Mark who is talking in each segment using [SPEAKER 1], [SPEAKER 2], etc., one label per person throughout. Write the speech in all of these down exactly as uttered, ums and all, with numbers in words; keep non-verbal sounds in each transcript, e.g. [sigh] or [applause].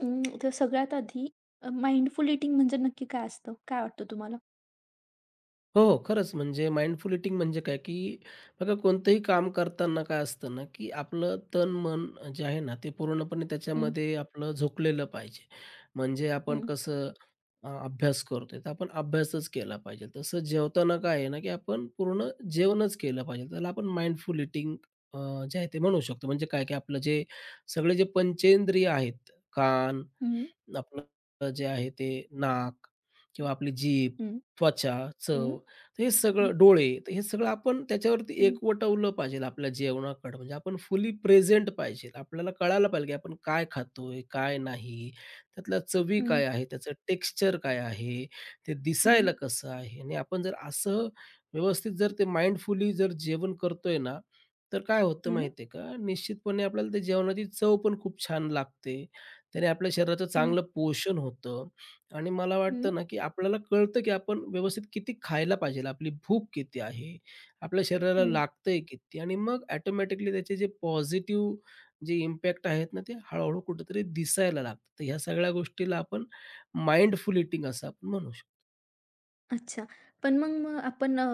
[SPEAKER 1] अं, तर सगळ्यात आधी अ, माइंडफुल ईटिंग म्हणजे नक्की काय असतं? काय वाटतं तुम्हाला?
[SPEAKER 2] हो, हो. खरंच म्हणजे माइंडफुल ईटिंग म्हणजे काय, की बघा कोणतंही काम करताना काय असतं ना, की आपलं तन-मन जे आहे ना, ते पूर्णपणे
[SPEAKER 1] हं,
[SPEAKER 2] त्याच्यामध्ये आपलं झोकलेलं पाहिजे. म्हणजे आपण
[SPEAKER 1] हं,
[SPEAKER 2] कसं अ, अभ्यास करतोय, तर आपण अभ्यासच केला पाहिजे. तसं जेवताना काय आहे ना, की आपण पूर्ण जेवणच केलं पाहिजे. त्याला आपण माइंडफुल ईटिंग जे आहे ते म्हणू शकतो. म्हणजे काय, की आपलं जे सगळे जे पंचेंद्रिय आहेत, कान,
[SPEAKER 1] हं,
[SPEAKER 2] आपलं जे आहे ते नाक किंवा आपली जीभ,
[SPEAKER 1] हं,
[SPEAKER 2] त्वचा,
[SPEAKER 1] हं,
[SPEAKER 2] चव तर हे
[SPEAKER 1] हं,
[SPEAKER 2] सगळं डोळे तर हे सगळं आपण त्याच्यावरती
[SPEAKER 1] हं,
[SPEAKER 2] एकवटवलं पाहिजे आपल्या जेवणाकडं. म्हणजे आपण फुली प्रेझेंट पाहिजे. आपल्याला कळायला पाहिजे की आपण काय खातोय, काय नाही, त्यातल्या चवी
[SPEAKER 1] हं,
[SPEAKER 2] काय आहे, त्याचं टेक्स्चर काय आहे, ते
[SPEAKER 1] हं,
[SPEAKER 2] दिसायला कसं आहे आणि आपण जर असं व्यवस्थित जर ते माइंडफुली जर जेवण करतोय ना, तर काय होतं
[SPEAKER 1] हं,
[SPEAKER 2] माहिती आहे का, निश्चितपणे आपल्याला ते जेवणाची चव पण खूप छान लागते. त्याने आपल्या शरीराचं
[SPEAKER 1] हं,
[SPEAKER 2] चांगलं पोषण होतं आणि मला
[SPEAKER 1] हं,
[SPEAKER 2] वाटतं ना, की आपल्याला कळतं, की आपण व्यवस्थित किती खायला पाहिजे, आपली भूक किती आहे, आपल्या शरीराला
[SPEAKER 1] हं.
[SPEAKER 2] लागतंय किती आणि मग ऑटोमॅटिकली त्याचे जे पॉझिटिव्ह जे इम्पॅक्ट आहेत ना, ते हळू कुठेतरी दिसायला लागतं. तर ह्या सगळ्या गोष्टीला आपण माइंडफुल ईटिंग असं आपण म्हणू.
[SPEAKER 1] अच्छा. पण मग मग आपण अ,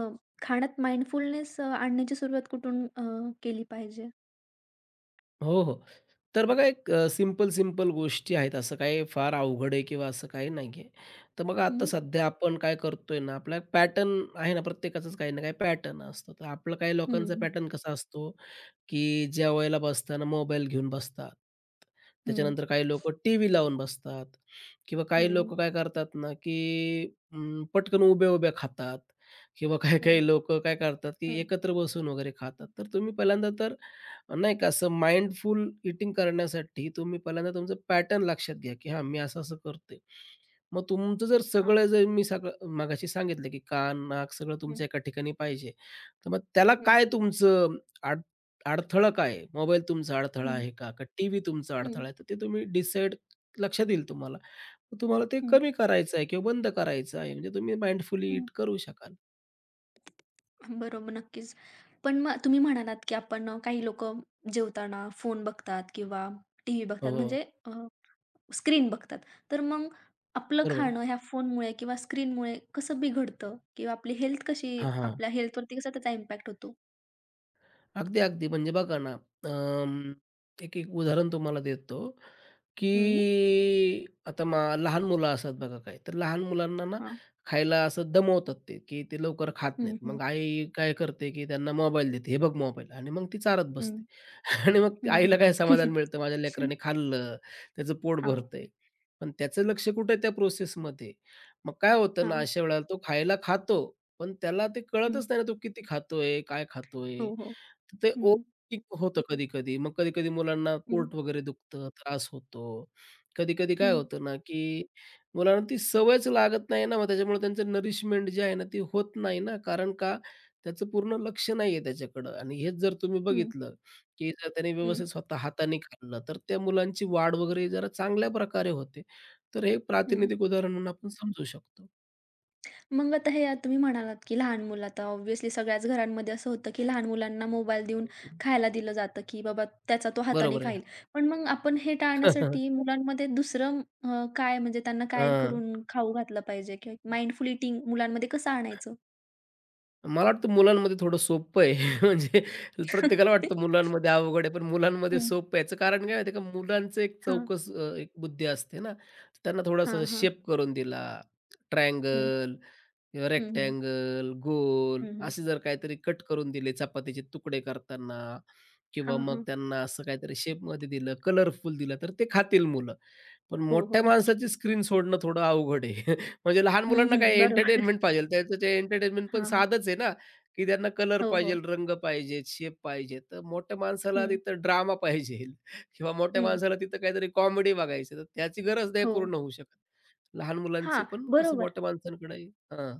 [SPEAKER 1] खाण्यात माइंडफुलनेस आणण्याची सुरुवात कुठून अ, केली पाहिजे?
[SPEAKER 2] हो, हो. तर बघा एक अ, सिंपल-सिंपल गोष्टी आहेत. असं काही फार अवघड आहे किंवा असं काही नाहीये. तर बघा
[SPEAKER 1] हं,
[SPEAKER 2] आता सध्या आपण काय करतोय ना, आपला पॅटर्न आहे ना, प्रत्येकाचाच काही ना काही पॅटर्न असतो. तर आपलं काही
[SPEAKER 1] हं,
[SPEAKER 2] लोकांचा
[SPEAKER 1] हं,
[SPEAKER 2] पॅटर्न कसा असतो, की जेवायला बसताना मोबाईल घेऊन बसतात.
[SPEAKER 1] हं,
[SPEAKER 2] त्याच्यानंतर काही लोकं टीव्ही लावून बसतात किंवा काही
[SPEAKER 1] हं,
[SPEAKER 2] लोकं काय करतात ना, की अं, पटकन उभ्या-उभ्या खातात किंवा
[SPEAKER 1] हं,
[SPEAKER 2] काही-काही लोकं काय करतात, की
[SPEAKER 1] हं.
[SPEAKER 2] एकत्र बसून वगैरे खातात. तर तुम्ही पहिल्यांदा तर नाही का असं माइंडफुल ईटिंग करण्यासाठी तुम्ही पहिल्यांदा तुमचं पॅटर्न लक्षात घ्या, की हां, मी असं-असं करते. मग तुमचं जर
[SPEAKER 1] हां.
[SPEAKER 2] सगळं जर मी सगळं मगाशी सांगितलं, की कान, नाक सगळं
[SPEAKER 1] हं,
[SPEAKER 2] तुमचं एका ठिकाणी पाहिजे. तर मग त्याला
[SPEAKER 1] हं,
[SPEAKER 2] काय तुमचं अड अडथळा काय आहे? मोबाईल तुमचा अडथळा
[SPEAKER 1] हं,
[SPEAKER 2] आहे का? का टीव्ही तुमचा अडथळा
[SPEAKER 1] हं,
[SPEAKER 2] आहे? तर ते तुम्ही डिसाईड लक्षात येईल तुम्हाला. मग तुम्हाला ते
[SPEAKER 1] हं,
[SPEAKER 2] कमी करायचं आहे किंवा बंद करायचं आहे. म्हणजे तुम्ही माइंडफुली
[SPEAKER 1] हं.
[SPEAKER 2] इट करू शकाल.
[SPEAKER 1] बरोबर, नक्कीच. पण मग तुम्ही म्हणालात, की आपण अ, काही लोकं जेवताना फोन बघतात किंवा टीव्ही
[SPEAKER 2] हो,
[SPEAKER 1] बघतात
[SPEAKER 2] हो.
[SPEAKER 1] म्हणजे अ, स्क्रीन बघतात. तर मग आपलं
[SPEAKER 2] बरोबर आहे.
[SPEAKER 1] खाणं ह्या फोनमुळे किंवा स्क्रीनमुळे कसं बिघडतं? किंवा आपली हेल्थ कशी
[SPEAKER 2] हां, हां.
[SPEAKER 1] आपल्या हेल्थवरती कसा त्याचा इम्पॅक्ट होतो?
[SPEAKER 2] अगदी, अगदी. म्हणजे बघा ना, अं, एक एक उदाहरण तुम्हाला देतो, की
[SPEAKER 1] हं,
[SPEAKER 2] आता मा लहान मुलं असतात बघा काही, तर लहान मुलांना ना
[SPEAKER 1] हां.
[SPEAKER 2] खायला असं दमवतात ते, की ते लवकर खात
[SPEAKER 1] हं,
[SPEAKER 2] नाहीत.
[SPEAKER 1] हं,
[SPEAKER 2] मग आई काय करते, की त्यांना मोबाईल देते, "हे बघ मोबाईल" आणि मग ती चारत
[SPEAKER 1] हं,
[SPEAKER 2] बसते. [laughs] आणि मग
[SPEAKER 1] हं,
[SPEAKER 2] आईला
[SPEAKER 1] हं.
[SPEAKER 2] काय समाधान
[SPEAKER 1] [laughs]
[SPEAKER 2] मिळतं, माझ्या लेकराने खाल्लं, त्याचं पोट
[SPEAKER 1] हां,
[SPEAKER 2] भरतंय. पण त्याचं लक्ष कुठे त्या प्रोसेसमध्ये. मग काय होतं ना,
[SPEAKER 1] हां.
[SPEAKER 2] अशा वेळेला तो खायला खातो, पण त्याला ते
[SPEAKER 1] हं.
[SPEAKER 2] कळतच नाही ना, तो किती खातोय, काय खातोय?
[SPEAKER 1] [laughs] हो, हो.
[SPEAKER 2] तर ते
[SPEAKER 1] हं,
[SPEAKER 2] ओव्हरथिंकिंग होतं कधी-कधी. मग कधी-कधी मुलांना
[SPEAKER 1] हं,
[SPEAKER 2] पोट वगैरे दुखतं, त्रास होतो. कधी-कधी काय
[SPEAKER 1] हं,
[SPEAKER 2] होतं ना, की मुलांना ती सवयच लागत नाही ना, मग त्याच्यामुळे त्यांचं नरिशमेंट जे आहे ना, ती होत नाही ना. कारण का, त्याचं पूर्ण लक्ष नाहीये त्याच्याकडं आणि हेच जर तुम्ही
[SPEAKER 1] हं,
[SPEAKER 2] बघितलं, की जर त्याने
[SPEAKER 1] हं,
[SPEAKER 2] व्यवस्थित स्वतः हाताने खाल्लं, तर त्या मुलांची वाढ वगैरे जरा चांगल्या प्रकारे होते. तर हे
[SPEAKER 1] हं.
[SPEAKER 2] प्रातिनिधिक उदाहरण म्हणून आपण समजू शकतो.
[SPEAKER 1] मग आता हे तुम्ही म्हणालात, की लहान मुलं आता ऑब्व्हियसली सगळ्याच घरांमध्ये असं होतं, की लहान मुलांना मोबाईल देऊन खायला दिलं जातं, की बाबा त्याचा तो हाताने
[SPEAKER 2] बरोबर आहे.
[SPEAKER 1] खाईल. पण मग आपण हे टाळण्यासाठी
[SPEAKER 2] [laughs]
[SPEAKER 1] मुलांमध्ये दुसरं अ, काय म्हणजे त्यांना काय
[SPEAKER 2] हां.
[SPEAKER 1] करून खाऊ घातलं पाहिजे किंवा माइंडफुल ईटिंग मुलांमध्ये कसं आणायचं?
[SPEAKER 2] मला वाटतं मुलांमध्ये थोडं सोपं आहे. [laughs] म्हणजे प्रत्येकाला वाटतं
[SPEAKER 1] [laughs]
[SPEAKER 2] मुलांमध्ये अवघड आहे, पण मुलांमध्ये
[SPEAKER 1] हं.
[SPEAKER 2] सोपं आहे. याचं कारण काय माहिती आहे का, मुलांचं एक
[SPEAKER 1] हां,
[SPEAKER 2] चौकस अ, एक बुद्धी असते ना, त्यांना थोडासा
[SPEAKER 1] हां, हां.
[SPEAKER 2] शेप करून दिला,
[SPEAKER 1] हं,
[SPEAKER 2] ट्रायंगल किंवा
[SPEAKER 1] हं, हं,
[SPEAKER 2] रेक्टँगल, गोल
[SPEAKER 1] हं, हं.
[SPEAKER 2] असे जर काहीतरी कट करून दिले चपातीचे तुकडे करताना किंवा
[SPEAKER 1] हां,
[SPEAKER 2] मग
[SPEAKER 1] हां.
[SPEAKER 2] त्यांना असं काहीतरी शेपमध्ये दिलं, कलरफुल दिलं, तर ते खातील मुलं. पण
[SPEAKER 1] हो, हो.
[SPEAKER 2] मोठ्या
[SPEAKER 1] नक्की.
[SPEAKER 2] माणसाची स्क्रीन सोडणं थोडं अवघड आहे. म्हणजे लहान
[SPEAKER 1] हं,
[SPEAKER 2] मुलांना
[SPEAKER 1] हं.
[SPEAKER 2] काय
[SPEAKER 1] बरोबर.
[SPEAKER 2] एंटरटेनमेंट पाहिजे. त्याचं ते एंटरटेनमेंट पण
[SPEAKER 1] हां, हां.
[SPEAKER 2] साधंच आहे ना, की त्यांना कलर
[SPEAKER 1] हो,
[SPEAKER 2] पाहिजे,
[SPEAKER 1] हो.
[SPEAKER 2] रंग पाहिजे, शेप पाहिजे. तर मोठ्या माणसाला
[SPEAKER 1] हं,
[SPEAKER 2] तिथं ड्रामा पाहिजे [laughs] किंवा मोठ्या
[SPEAKER 1] हं.
[SPEAKER 2] माणसाला तिथं काहीतरी कॉमेडी बघायची. तर त्याची गरज नाही
[SPEAKER 1] हो.
[SPEAKER 2] पूर्ण होऊ शकत. लहान
[SPEAKER 1] हां,
[SPEAKER 2] मुलांची पण कसं
[SPEAKER 1] बरोबर.
[SPEAKER 2] मोठ्या माणसांकडे हां,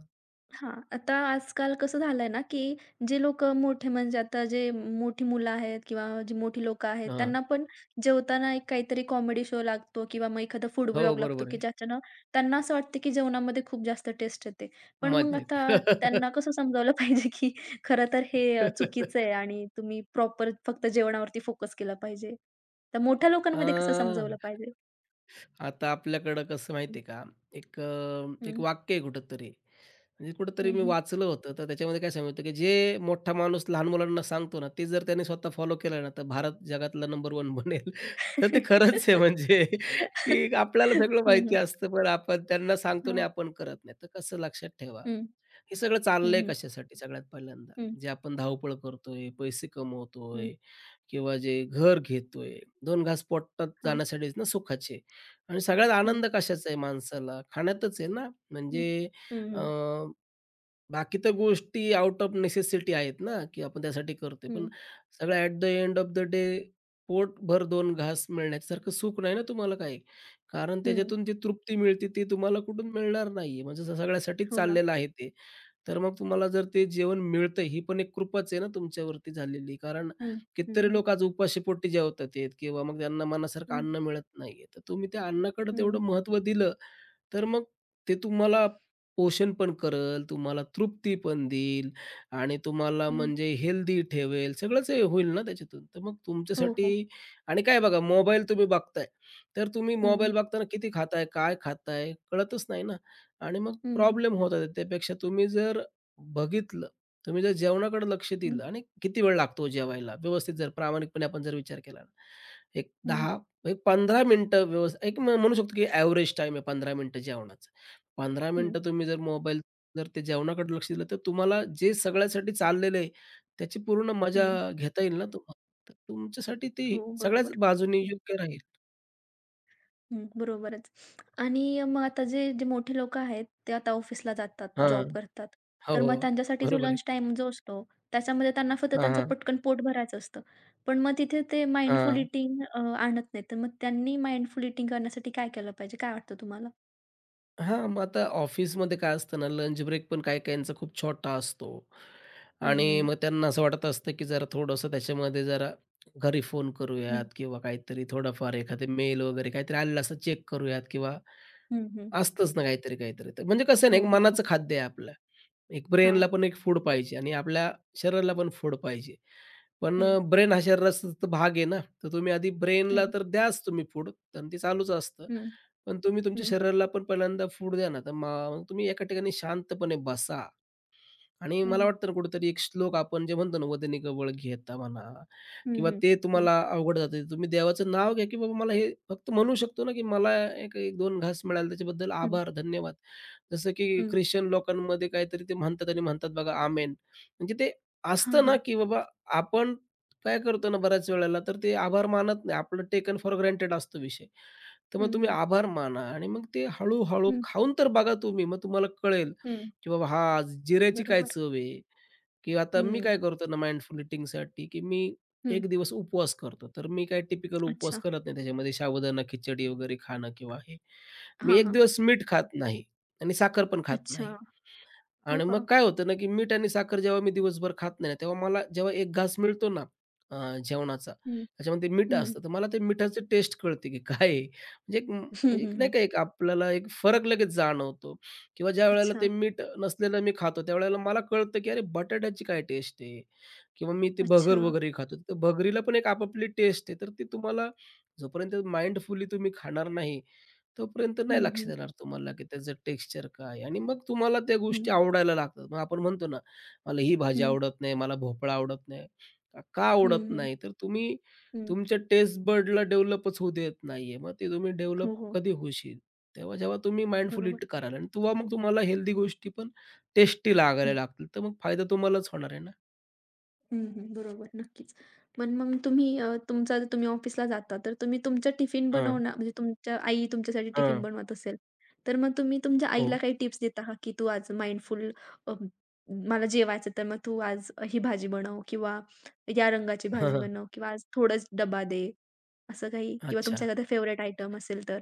[SPEAKER 1] हां, आता आजकाल कसं झालंय ना, की जे लोक मोठे म्हणजे आता जे मोठी मुलं आहेत किंवा जी मोठी लोकं आहेत,
[SPEAKER 2] हां.
[SPEAKER 1] त्यांना पण जेवताना एक काहीतरी कॉमेडी शो लागतो किंवा मग एखादा फूड
[SPEAKER 2] हो,
[SPEAKER 1] ब्लॉग लागतो,
[SPEAKER 2] बरोबर
[SPEAKER 1] की
[SPEAKER 2] आहे.
[SPEAKER 1] ज्याच्यानं त्यांना असं वाटतं, की जेवणामध्ये खूप जास्त टेस्ट येते. पण मग
[SPEAKER 2] मजा
[SPEAKER 1] आता
[SPEAKER 2] येते.
[SPEAKER 1] त्यांना कसं समजावलं [laughs] पाहिजे, की खरं तर हे अ, चुकीचं आहे
[SPEAKER 2] [laughs]
[SPEAKER 1] आणि तुम्ही प्रॉपर फक्त जेवणावरती फोकस केला पाहिजे. तर मोठ्या
[SPEAKER 2] अ
[SPEAKER 1] लोकांमध्ये कसं समजावलं पाहिजे?
[SPEAKER 2] आता आपल्याकडं कसं
[SPEAKER 1] हं,
[SPEAKER 2] माहिती का, एक अ, एक
[SPEAKER 1] हं,
[SPEAKER 2] वाक्य आहे कुठेतरी, म्हणजे कुठेतरी
[SPEAKER 1] हं,
[SPEAKER 2] मी
[SPEAKER 1] हं.
[SPEAKER 2] वाचलं होतं, तर त्याच्यामध्ये काय सांगितलं, की जे मोठा माणूस लहान मुलांना सांगतो ना, ते जर त्याने स्वतः फॉलो केलं ना, तर भारत जगातला नंबर वन बनेल. [laughs] तर ते खरंच आहे म्हणजे,
[SPEAKER 1] [laughs]
[SPEAKER 2] की आपल्याला
[SPEAKER 1] हं,
[SPEAKER 2] सगळं माहिती
[SPEAKER 1] हं.
[SPEAKER 2] असतं, पण आपण त्यांना सांगतो
[SPEAKER 1] हां.
[SPEAKER 2] नाही,
[SPEAKER 1] [laughs]
[SPEAKER 2] आपण करत नाही. तर कसं लक्षात ठेवा,
[SPEAKER 1] हं,
[SPEAKER 2] हे सगळं
[SPEAKER 1] हं,
[SPEAKER 2] चाललंय
[SPEAKER 1] हं,
[SPEAKER 2] कशासाठी सगळ्यात पहिल्यांदा,
[SPEAKER 1] हं,
[SPEAKER 2] जे आपण धावपळ करतोय, पैसे
[SPEAKER 1] हं.
[SPEAKER 2] कमवतोय किंवा जे घर घेतोय, दोन घास पोटात
[SPEAKER 1] हां.
[SPEAKER 2] जाण्यासाठीच ना सुखाचे. आणि सगळ्यात
[SPEAKER 1] हं,
[SPEAKER 2] आनंद कशाचा आहे माणसाला? खाण्यातच आहे ना.
[SPEAKER 1] हं,
[SPEAKER 2] म्हणजे
[SPEAKER 1] हं,
[SPEAKER 2] अ,
[SPEAKER 1] हं,
[SPEAKER 2] बाकी तर गोष्टी आउट ऑफ नेसेसिटी आहेत ना, की आपण त्यासाठी करतोय.
[SPEAKER 1] हं,
[SPEAKER 2] पण सगळं at the end of the day पोटभर दोन घास मिळण्यासारखं सुख नाही ना तुम्हाला काही. कारण
[SPEAKER 1] हं.
[SPEAKER 2] त्याच्यातून जी तृप्ती मिळते ती तुम्हाला कुठून मिळणार नाहीये. म्हणजे स- सगळ्यासाठीच
[SPEAKER 1] हो ना.
[SPEAKER 2] चाललेलं आहे ते. तर मग तुम्हाला जर ते जेवण मिळतंय ही पण एक कृपाच आहे ना तुमच्यावरती झालेली. कारण
[SPEAKER 1] हं, हं,
[SPEAKER 2] कितीतरी
[SPEAKER 1] हं,
[SPEAKER 2] लोक आज उपाशीपोटी जेवतात आहेत किंवा मग त्यांना मनासारखं
[SPEAKER 1] हं,
[SPEAKER 2] अन्न मिळत नाहीये. तर तुम्ही त्या अन्नाकडे
[SPEAKER 1] हं,
[SPEAKER 2] तेवढं महत्त्व दिलं तर मग ते तुम्हाला पोषण पण करेल, तुम्हाला तृप्ती पण देईल आणि तुम्हाला
[SPEAKER 1] हं.
[SPEAKER 2] म्हणजे हेल्दी ठेवेल, सगळंच हे होईल ना त्याच्यातून. तर मग
[SPEAKER 1] हो, हो.
[SPEAKER 2] तुमच्यासाठी. आणि काय बघा मोबाईल तुम्ही बघताय, तर तुम्ही
[SPEAKER 1] हं, हं,
[SPEAKER 2] मोबाईल बघताना किती खाताय, काय खाताय कळतच नाही ना आणि मग
[SPEAKER 1] हं,
[SPEAKER 2] प्रॉब्लेम होतात. त्यापेक्षा तुम्ही जर बघितलं, तुम्ही जर जेवणाकडे लक्ष
[SPEAKER 1] हं,
[SPEAKER 2] दिलं आणि किती वेळ लागतो जेवायला व्यवस्थित जर प्रामाणिकपणे आपण जर विचार केला ना, एक हं. एक पंधरा मिनिटं व्यवस् एक म म्हणू शकतो की ॲव्हरेज टाईम आहे पंधरा मिनिटं जेवणाचा. पंधरा
[SPEAKER 1] हं,
[SPEAKER 2] मिनिटं तुम्ही जर मोबाईल जर ते जेवणाकडे लक्ष दिलं, तर तुम्हाला जे सगळ्यासाठी चाललेलं आहे, त्याची पूर्ण मजा
[SPEAKER 1] हं.
[SPEAKER 2] घेता येईल ना तुम्हाला. तर तुमच्यासाठी ते
[SPEAKER 1] हो,
[SPEAKER 2] सगळ्याच
[SPEAKER 1] बरोबर.
[SPEAKER 2] बाजूनी योग्य राहील.
[SPEAKER 1] हं, बरोबरच. आणि मग आता जे जे मोठे लोकं आहेत, ते आता ऑफिसला जातात, जॉब
[SPEAKER 2] हां.
[SPEAKER 1] करतात.
[SPEAKER 2] हो,
[SPEAKER 1] तर मग
[SPEAKER 2] हो.
[SPEAKER 1] त्यांच्यासाठी जो
[SPEAKER 2] बरोबर आहे.
[SPEAKER 1] लंच टाईम जो असतो, त्याच्यामध्ये त्यांना फक्त
[SPEAKER 2] हां,
[SPEAKER 1] त्यांचं
[SPEAKER 2] हां.
[SPEAKER 1] पटकन पोट भरायचं असतं. पण मग तिथे ते माइंडफुल
[SPEAKER 2] हां.
[SPEAKER 1] ईटिंग अ, आणत नाहीत. तर मग त्यांनी माइंडफुल ईटिंग करण्यासाठी काय केलं पाहिजे? काय वाटतं तुम्हाला?
[SPEAKER 2] हां, मग आता ऑफिसमध्ये काय असतं ना, लंच ब्रेक पण काही-काहींचा खूप छोटा असतो
[SPEAKER 1] हं,
[SPEAKER 2] आणि
[SPEAKER 1] हं.
[SPEAKER 2] मग त्यांना असं वाटत असतं, की जरा थोडंसं त्याच्यामध्ये जरा घरी फोन
[SPEAKER 1] हं,
[SPEAKER 2] करूयात किंवा काहीतरी थोडाफार एखादे मेल वगैरे काहीतरी आलेलं असं चेक करूयात किंवा
[SPEAKER 1] हं, हं.
[SPEAKER 2] असतंच ना काहीतरी, काहीतरी. तर म्हणजे कसं आहे
[SPEAKER 1] हो,
[SPEAKER 2] ना, एक
[SPEAKER 1] हो,
[SPEAKER 2] मनाचं
[SPEAKER 1] हो.
[SPEAKER 2] खाद्य आहे आपलं. एक
[SPEAKER 1] हां.
[SPEAKER 2] ब्रेनला पण एक फूड पाहिजे आणि आपल्या शरीराला पण फूड पाहिजे. पण
[SPEAKER 1] हं,
[SPEAKER 2] ब्रेन हा शरीराचा तर भाग आहे ना, तर तुम्ही आधी ब्रेनला
[SPEAKER 1] हं,
[SPEAKER 2] तर द्याच तुम्ही फूड आणि ते चालूच असतं.
[SPEAKER 1] हं,
[SPEAKER 2] पण तुम्ही तुमच्या
[SPEAKER 1] हं,
[SPEAKER 2] शरीराला पण पहिल्यांदा फूड द्या ना, तर मग तुम्ही एका ठिकाणी शांतपणे बसा. आणि मला
[SPEAKER 1] हं,
[SPEAKER 2] वाटतं ना कुठेतरी एक श्लोक आपण जे म्हणतो ना, "वदनी गवळ घेता" म्हणा
[SPEAKER 1] हं,
[SPEAKER 2] किंवा
[SPEAKER 1] हं,
[SPEAKER 2] ते
[SPEAKER 1] हं,
[SPEAKER 2] तुम्हाला अवघड जातं. तुम्ही देवाचं नाव घ्या, की बाबा मला हे फक्त म्हणू शकतो ना, की मला एक एक-दोन घास मिळाला त्याच्याबद्दल
[SPEAKER 1] हं,
[SPEAKER 2] आभार, धन्यवाद. जसं की
[SPEAKER 1] हं.
[SPEAKER 2] ख्रिश्चन लोकांमध्ये काहीतरी ते म्हणतात आणि म्हणतात बघा आमेन. म्हणजे ते
[SPEAKER 1] हां,
[SPEAKER 2] असतं ना,
[SPEAKER 1] हां.
[SPEAKER 2] की बाबा आपण काय करतो ना बऱ्याच वेळेला, तर ते आभार मानत नाही. आपलं टेकन फॉर ग्रँटेड असतो विषय. तर मग
[SPEAKER 1] हं,
[SPEAKER 2] तुम्ही
[SPEAKER 1] हं,
[SPEAKER 2] आभार माना आणि मग ते हळू
[SPEAKER 1] हं,
[SPEAKER 2] खाऊन तर बघा तुम्ही. मग तुम्हाला कळेल,
[SPEAKER 1] हं.
[SPEAKER 2] की बाबा हां, जिऱ्याची काय
[SPEAKER 1] बरोबर.
[SPEAKER 2] चव आहे? की आता मी
[SPEAKER 1] हं,
[SPEAKER 2] काय करतो ना माइंडफुल इटिंगसाठी, की मी
[SPEAKER 1] हं.
[SPEAKER 2] एक दिवस उपवास करतो. तर मी काही टिपिकल उपवास
[SPEAKER 1] अच्छा.
[SPEAKER 2] करत नाही. त्याच्यामध्ये साबुदाणा खिचडी वगैरे खाणं किंवा हे. मी
[SPEAKER 1] हां,
[SPEAKER 2] एक
[SPEAKER 1] हां.
[SPEAKER 2] दिवस मीठ खात नाही आणि साखर पण खात
[SPEAKER 1] अच्छा.
[SPEAKER 2] नाही.
[SPEAKER 1] हो
[SPEAKER 2] आणि
[SPEAKER 1] का?
[SPEAKER 2] मग काय होतं ना, की मीठ आणि साखर जेव्हा मी दिवसभर खात नाही, ना, तेव्हा मला जेव्हा एक घास मिळतो ना अ, जेवणाचा,
[SPEAKER 1] हं,
[SPEAKER 2] त्याच्यामध्ये मीठ
[SPEAKER 1] हं.
[SPEAKER 2] असतं, तर मला ते मिठाची टेस्ट कळते, की काय आहे? म्हणजे एक म-
[SPEAKER 1] [laughs] हं,
[SPEAKER 2] म्हणजे एक
[SPEAKER 1] हं,
[SPEAKER 2] नाही
[SPEAKER 1] हं.
[SPEAKER 2] का, एक आपल्याला एक फरक लगेच जाणवतो किंवा ज्यावेळेला
[SPEAKER 1] अच्छा,
[SPEAKER 2] ते मीठ नसलेलं मी खातो, त्यावेळेला मला कळतं, की अरे बटाट्याची काय टेस्ट आहे किंवा मी ते भगर
[SPEAKER 1] अच्छा.
[SPEAKER 2] वगैरे खातो. तर भगरीला पण एक आपापली टेस्ट आहे. तर ती तुम्हाला जोपर्यंत माइंडफुली तुम्ही खाणार नाही, तोपर्यंत नाही
[SPEAKER 1] हं,
[SPEAKER 2] लक्षात
[SPEAKER 1] हं,
[SPEAKER 2] येणार तुम्हाला, की त्याचं टेक्स्चर काय आणि मग तुम्हाला त्या
[SPEAKER 1] हं,
[SPEAKER 2] गोष्टी आवडायला लागतात. मग आपण म्हणतो ना, मला ही भाजी
[SPEAKER 1] हं,
[SPEAKER 2] आवडत नाही, मला भोपळा आवडत नाही. का का
[SPEAKER 1] हं,
[SPEAKER 2] आवडत
[SPEAKER 1] हं,
[SPEAKER 2] नाही? तर तुम्ही
[SPEAKER 1] हं.
[SPEAKER 2] तुमच्या टेस्ट बडला डेव्हलपच होऊ देत नाहीये. मग ते तुम्ही डेव्हलप
[SPEAKER 1] हो, हो.
[SPEAKER 2] कधी होशील? तेव्हा जेव्हा तुम्ही माइंडफुल
[SPEAKER 1] बरोबर.
[SPEAKER 2] ईट कराल आणि तेव्हा मग तुम्हाला हेल्दी गोष्टी पण टेस्टी लागायला
[SPEAKER 1] हं.
[SPEAKER 2] लागतील. तर मग फायदा तुम्हालाच होणार आहे ना.
[SPEAKER 1] हं, हं. बरोबर, नक्कीच. पण मग तुम्ही अ, तुमचा जर तुम्ही ऑफिसला जाता, तर तुम्ही तुमचं टिफिन
[SPEAKER 2] हां,
[SPEAKER 1] बनवणं म्हणजे तुमच्या आई तुमच्यासाठी टिफिन
[SPEAKER 2] हां.
[SPEAKER 1] बनवत असेल, तर मग तुम्ही तुमच्या आईला
[SPEAKER 2] हो.
[SPEAKER 1] काही टिप्स देता का, की तू आज mindful मला जेवायचं तर मग तू आज ही भाजी बनव किंवा या रंगाची भाजी
[SPEAKER 2] [laughs]
[SPEAKER 1] बनव किंवा आज थोडंच डब्बा दे, असं काही? किंवा तुमचा
[SPEAKER 2] अच्छा.
[SPEAKER 1] एखादा फेव्हरेट आयटम असेल तर?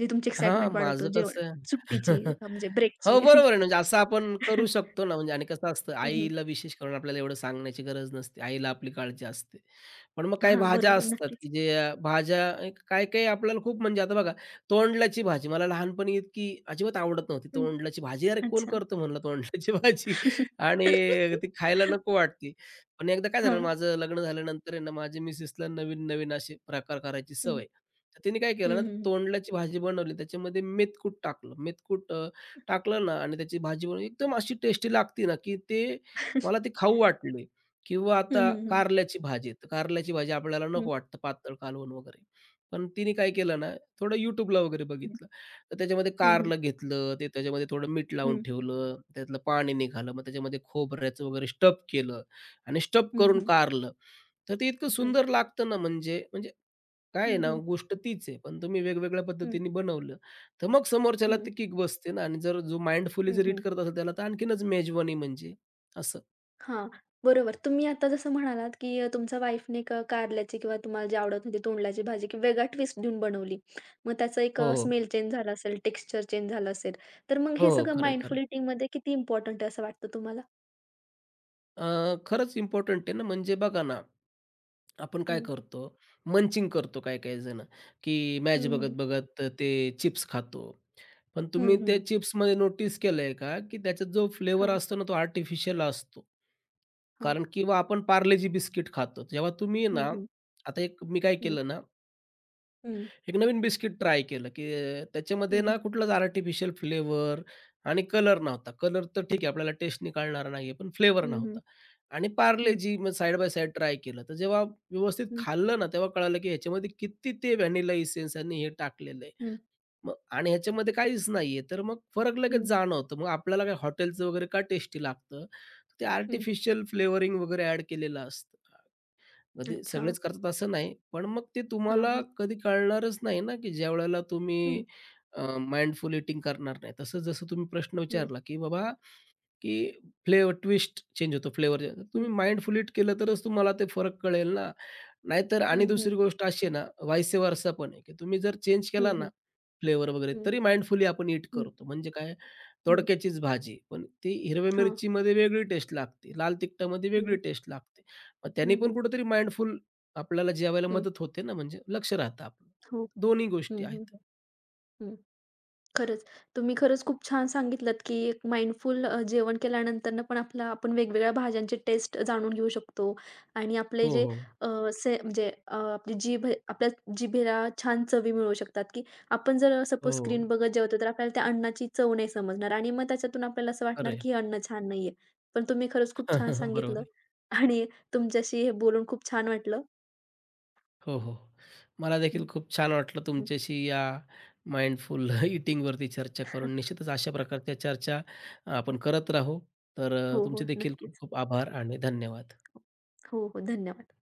[SPEAKER 1] जे तुमची
[SPEAKER 2] हां,
[SPEAKER 1] एक्साइटमेंट वाढवतो
[SPEAKER 2] माझं
[SPEAKER 1] जेवण
[SPEAKER 2] कसं आहे.
[SPEAKER 1] सुट्टीची
[SPEAKER 2] [laughs]
[SPEAKER 1] अ, म्हणजे ब्रेकची.
[SPEAKER 2] हो, बरोबर आहे. म्हणजे असं आपण करू
[SPEAKER 1] [laughs]
[SPEAKER 2] शकतो ना, म्हणजे आणि कसं असतं,
[SPEAKER 1] हं,
[SPEAKER 2] आईला विशेष करून आपल्याला एवढं सांगण्याची गरज नसते. आईला आपली काळजी असते. पण मग काही भाज्या
[SPEAKER 1] बरोबर.
[SPEAKER 2] असतात,
[SPEAKER 1] नक्कीच.
[SPEAKER 2] की जे अ, भाज्या काही-काही आपल्याला खूप म्हणजे आता बघा, तोंडल्याची भाजी मला लहानपणी इतकी अजिबात आवडत नव्हती.
[SPEAKER 1] हं.
[SPEAKER 2] तोंडल्याची भाजी, "अरे कोण
[SPEAKER 1] अच्छा.
[SPEAKER 2] करतं?" म्हणलं तोंडल्याची [laughs] भाजी आणि
[SPEAKER 1] [laughs]
[SPEAKER 2] ती खायला नको वाटते. पण एकदा काय झालं,
[SPEAKER 1] हां.
[SPEAKER 2] माझं लग्न झाल्यानंतर आहे ना, माझ्या मिसेसला नवीन-नवीन असे प्रकार करायची
[SPEAKER 1] हं.
[SPEAKER 2] सवय. तर तिने काय केलं
[SPEAKER 1] हं,
[SPEAKER 2] ना,
[SPEAKER 1] हं.
[SPEAKER 2] तोंडल्याची भाजी बनवली. त्याच्यामध्ये मेथकूट टाकलं. मेथकूट अ, टाकलं ना आणि त्याची भाजी बनवली. एकदम अशी टेस्टी लागते ना, की ते मला ते खाऊ वाटले किंवा
[SPEAKER 1] हं,
[SPEAKER 2] आता
[SPEAKER 1] हं, हं.
[SPEAKER 2] कारल्याची भाजी. तर कारल्याची भाजी आपल्याला
[SPEAKER 1] हं, हं.
[SPEAKER 2] नको वाटतं पातळ, कालवण वगैरे. पण तिने काय केलं ना, थोडं YouTubeला वगैरे बघितलं. तर त्याच्यामध्ये
[SPEAKER 1] हं, हं.
[SPEAKER 2] कारलं घेतलं, ते त्याच्यामध्ये थोडं मीठ लावून
[SPEAKER 1] हं,
[SPEAKER 2] ठेवलं, त्यातलं पाणी निघालं. मग त्याच्यामध्ये खोबऱ्याचं वगैरे स्टफ केलं आणि स्टफ
[SPEAKER 1] हं,
[SPEAKER 2] करून
[SPEAKER 1] हं.
[SPEAKER 2] कारलं. तर ते इतकं
[SPEAKER 1] हं.
[SPEAKER 2] सुंदर लागतं ना म्हणजे म्हणजे काय आहे
[SPEAKER 1] हं,
[SPEAKER 2] ना,
[SPEAKER 1] हं.
[SPEAKER 2] गोष्ट तीच आहे, पण तुम्ही वेगवेगळ्या
[SPEAKER 1] हं, हं.
[SPEAKER 2] पद्धतीने बनवलं, तर मग समोरच्याला ती किक बसते ना आणि जर जो माइंडफुली जर रीड
[SPEAKER 1] हं,
[SPEAKER 2] करत असेल त्याला तर आणखीनच मेजवानी म्हणजे असं.
[SPEAKER 1] हां, बरोबर. तुम्ही आता जसं म्हणालात, की अ, तुमच्या वाईफने क कारल्याची किंवा तुम्हाला जे आवडत होती तोंडल्याची भाजी किंवा वेगळा ट्विस्ट देऊन बनवली. मग त्याचा एक
[SPEAKER 2] हो,
[SPEAKER 1] अ,
[SPEAKER 2] हो.
[SPEAKER 1] स्मेल चेंज झाला असेल, टेक्स्चर चेंज झालं असेल. तर मग
[SPEAKER 2] हो,
[SPEAKER 1] हे
[SPEAKER 2] हो.
[SPEAKER 1] सगळं
[SPEAKER 2] खरं आहे, खरं
[SPEAKER 1] माइंडफुल
[SPEAKER 2] आहे.
[SPEAKER 1] ईटिंगमध्ये किती इम्पोर्टंट आहे असं वाटतं तुम्हाला?
[SPEAKER 2] अ, खरंच इम्पोर्टंट आहे ना, म्हणजे बघा ना आपण काय
[SPEAKER 1] हं.
[SPEAKER 2] करतो, मंचिंग करतो काही-काही जण, की मॅच
[SPEAKER 1] हं, हं.
[SPEAKER 2] बघत-बघत ते चिप्स खातो. पण
[SPEAKER 1] हं,
[SPEAKER 2] तुम्ही त्या
[SPEAKER 1] हं.
[SPEAKER 2] चिप्समध्ये नोटीस केलंय का, की त्याचा जो फ्लेवर
[SPEAKER 1] हां,
[SPEAKER 2] असतो ना, तो आर्टिफिशियल असतो.
[SPEAKER 1] हां.
[SPEAKER 2] कारण किंवा आपण पार्लेजी बिस्किट खातो. जेव्हा तुम्ही
[SPEAKER 1] हं,
[SPEAKER 2] ना,
[SPEAKER 1] हं.
[SPEAKER 2] आता एक मी काय
[SPEAKER 1] हं.
[SPEAKER 2] केलं ना
[SPEAKER 1] हं.
[SPEAKER 2] एक नवीन बिस्किट ट्राय केलं, की अ, त्याच्यामध्ये
[SPEAKER 1] हं.
[SPEAKER 2] ना कुठलाच आर्टिफिशियल फ्लेवर आणि कलर नव्हता. कलर तर ठीक आहे आपल्याला टेस्टनी कळणार नाही आहे, पण फ्लेवर
[SPEAKER 1] हं.
[SPEAKER 2] नव्हता. आणि
[SPEAKER 1] हं.
[SPEAKER 2] पार्लेजी मग साइड बाय साइड ट्राय केलं. तर जेव्हा व्यवस्थित
[SPEAKER 1] हं.
[SPEAKER 2] खाल्लं ना, तेव्हा कळालं, की ह्याच्यामध्ये किती ते व्हॅनिला इसेन्स आणि हे टाकलेलं आहे.
[SPEAKER 1] हं,
[SPEAKER 2] मग आणि ह्याच्यामध्ये काहीच नाही तर मग फरक लगेच
[SPEAKER 1] हं,
[SPEAKER 2] जाणवतो. मग आपल्याला काय हॉटेलचं वगैरे का टेस्टी लागतं? ते
[SPEAKER 1] हं.
[SPEAKER 2] आर्टिफिशियल फ्लेवरिंग वगैरे ॲड केलेलं असतं. मग ते
[SPEAKER 1] अच्छा.
[SPEAKER 2] सगळेच करतात असं नाही, पण मग ते
[SPEAKER 1] हां,
[SPEAKER 2] तुम्हाला
[SPEAKER 1] हां.
[SPEAKER 2] कधी कळणारच नाही ना, की ज्यावेळेला
[SPEAKER 1] हं,
[SPEAKER 2] तुम्ही अ, माइंडफुल ईटिंग करणार नाही. तसं जसं तुम्ही प्रश्न
[SPEAKER 1] हं,
[SPEAKER 2] विचारला, की बाबा की फ्लेवर ट्विस्ट चेंज होतो फ्लेवर
[SPEAKER 1] हं,
[SPEAKER 2] तुम्ही माइंडफुली केलं तरच तुम्हाला ते फरक कळेल ना. नाहीतर आणि
[SPEAKER 1] हं, हं,
[SPEAKER 2] दुसरी गोष्ट अशी आहे ना, व्हाईस वर्सा पण आहे, की तुम्ही जर चेंज केला
[SPEAKER 1] हं, हं,
[SPEAKER 2] ना फ्लेवर वगैरे
[SPEAKER 1] हं,
[SPEAKER 2] तरी माइंडफुली आपण ईट
[SPEAKER 1] हं,
[SPEAKER 2] करतो. म्हणजे काय
[SPEAKER 1] हं.
[SPEAKER 2] दोडक्याचीच भाजी, पण ती हिरव्या
[SPEAKER 1] हां.
[SPEAKER 2] मिरचीमध्ये वेगळी टेस्ट लागते, लाल तिखटामध्ये
[SPEAKER 1] हं,
[SPEAKER 2] वेगळी टेस्ट लागते. मग त्याने
[SPEAKER 1] हं,
[SPEAKER 2] पण
[SPEAKER 1] हं,
[SPEAKER 2] कुठेतरी माइंडफुल आपल्याला जेवायला
[SPEAKER 1] हं.
[SPEAKER 2] मदत होते ना, म्हणजे लक्ष राहतं आपलं.
[SPEAKER 1] हो.
[SPEAKER 2] दोन्ही गोष्टी
[SPEAKER 1] हं, हं,
[SPEAKER 2] आहेत.
[SPEAKER 1] हं, हं. खरंच. तुम्ही खरंच खूप छान सांगितलत, की एक माइंडफुल अ, जेवण केल्यानंतरनं पण आपला आपण वेगवेगळ्या भाज्यांची टेस्ट जाणून घेऊ शकतो आणि आपले
[SPEAKER 2] हो,
[SPEAKER 1] जे
[SPEAKER 2] हो.
[SPEAKER 1] अ, से म्हणजे अ, आपली जीभ आहे, आपल्या जिभेला छान चवी मिळू शकतात, की आपण जर सपोज
[SPEAKER 2] हो,
[SPEAKER 1] स्क्रीन बघत जेवतो, तर आपल्याला त्या अन्नाची चव नाही समजणार आणि मग त्याच्यातून आपल्याला असं वाटणार,
[SPEAKER 2] खरं.
[SPEAKER 1] की हे अन्न छान नाहीये. पण तुम्ही खरंच
[SPEAKER 2] [laughs]
[SPEAKER 1] खूप छान
[SPEAKER 2] बरोबर
[SPEAKER 1] सांगितलं
[SPEAKER 2] आहे.
[SPEAKER 1] आणि तुमच्याशी हे बोलून खूप छान वाटलं.
[SPEAKER 2] हो, हो. मला
[SPEAKER 1] हं,
[SPEAKER 2] देखील खूप छान वाटलं
[SPEAKER 1] हं.
[SPEAKER 2] तुमच्याशी या माइंडफुल ईटिंगवरती [laughs] चर्चा करून. निश्चितच अशा प्रकारच्या चर्चा आपण करत राहू. तर अ,
[SPEAKER 1] हो, हो.
[SPEAKER 2] तुमचे देखील खूप
[SPEAKER 1] नक्कीच.
[SPEAKER 2] खूप आभार आणि धन्यवाद.
[SPEAKER 1] हो, हो. धन्यवाद.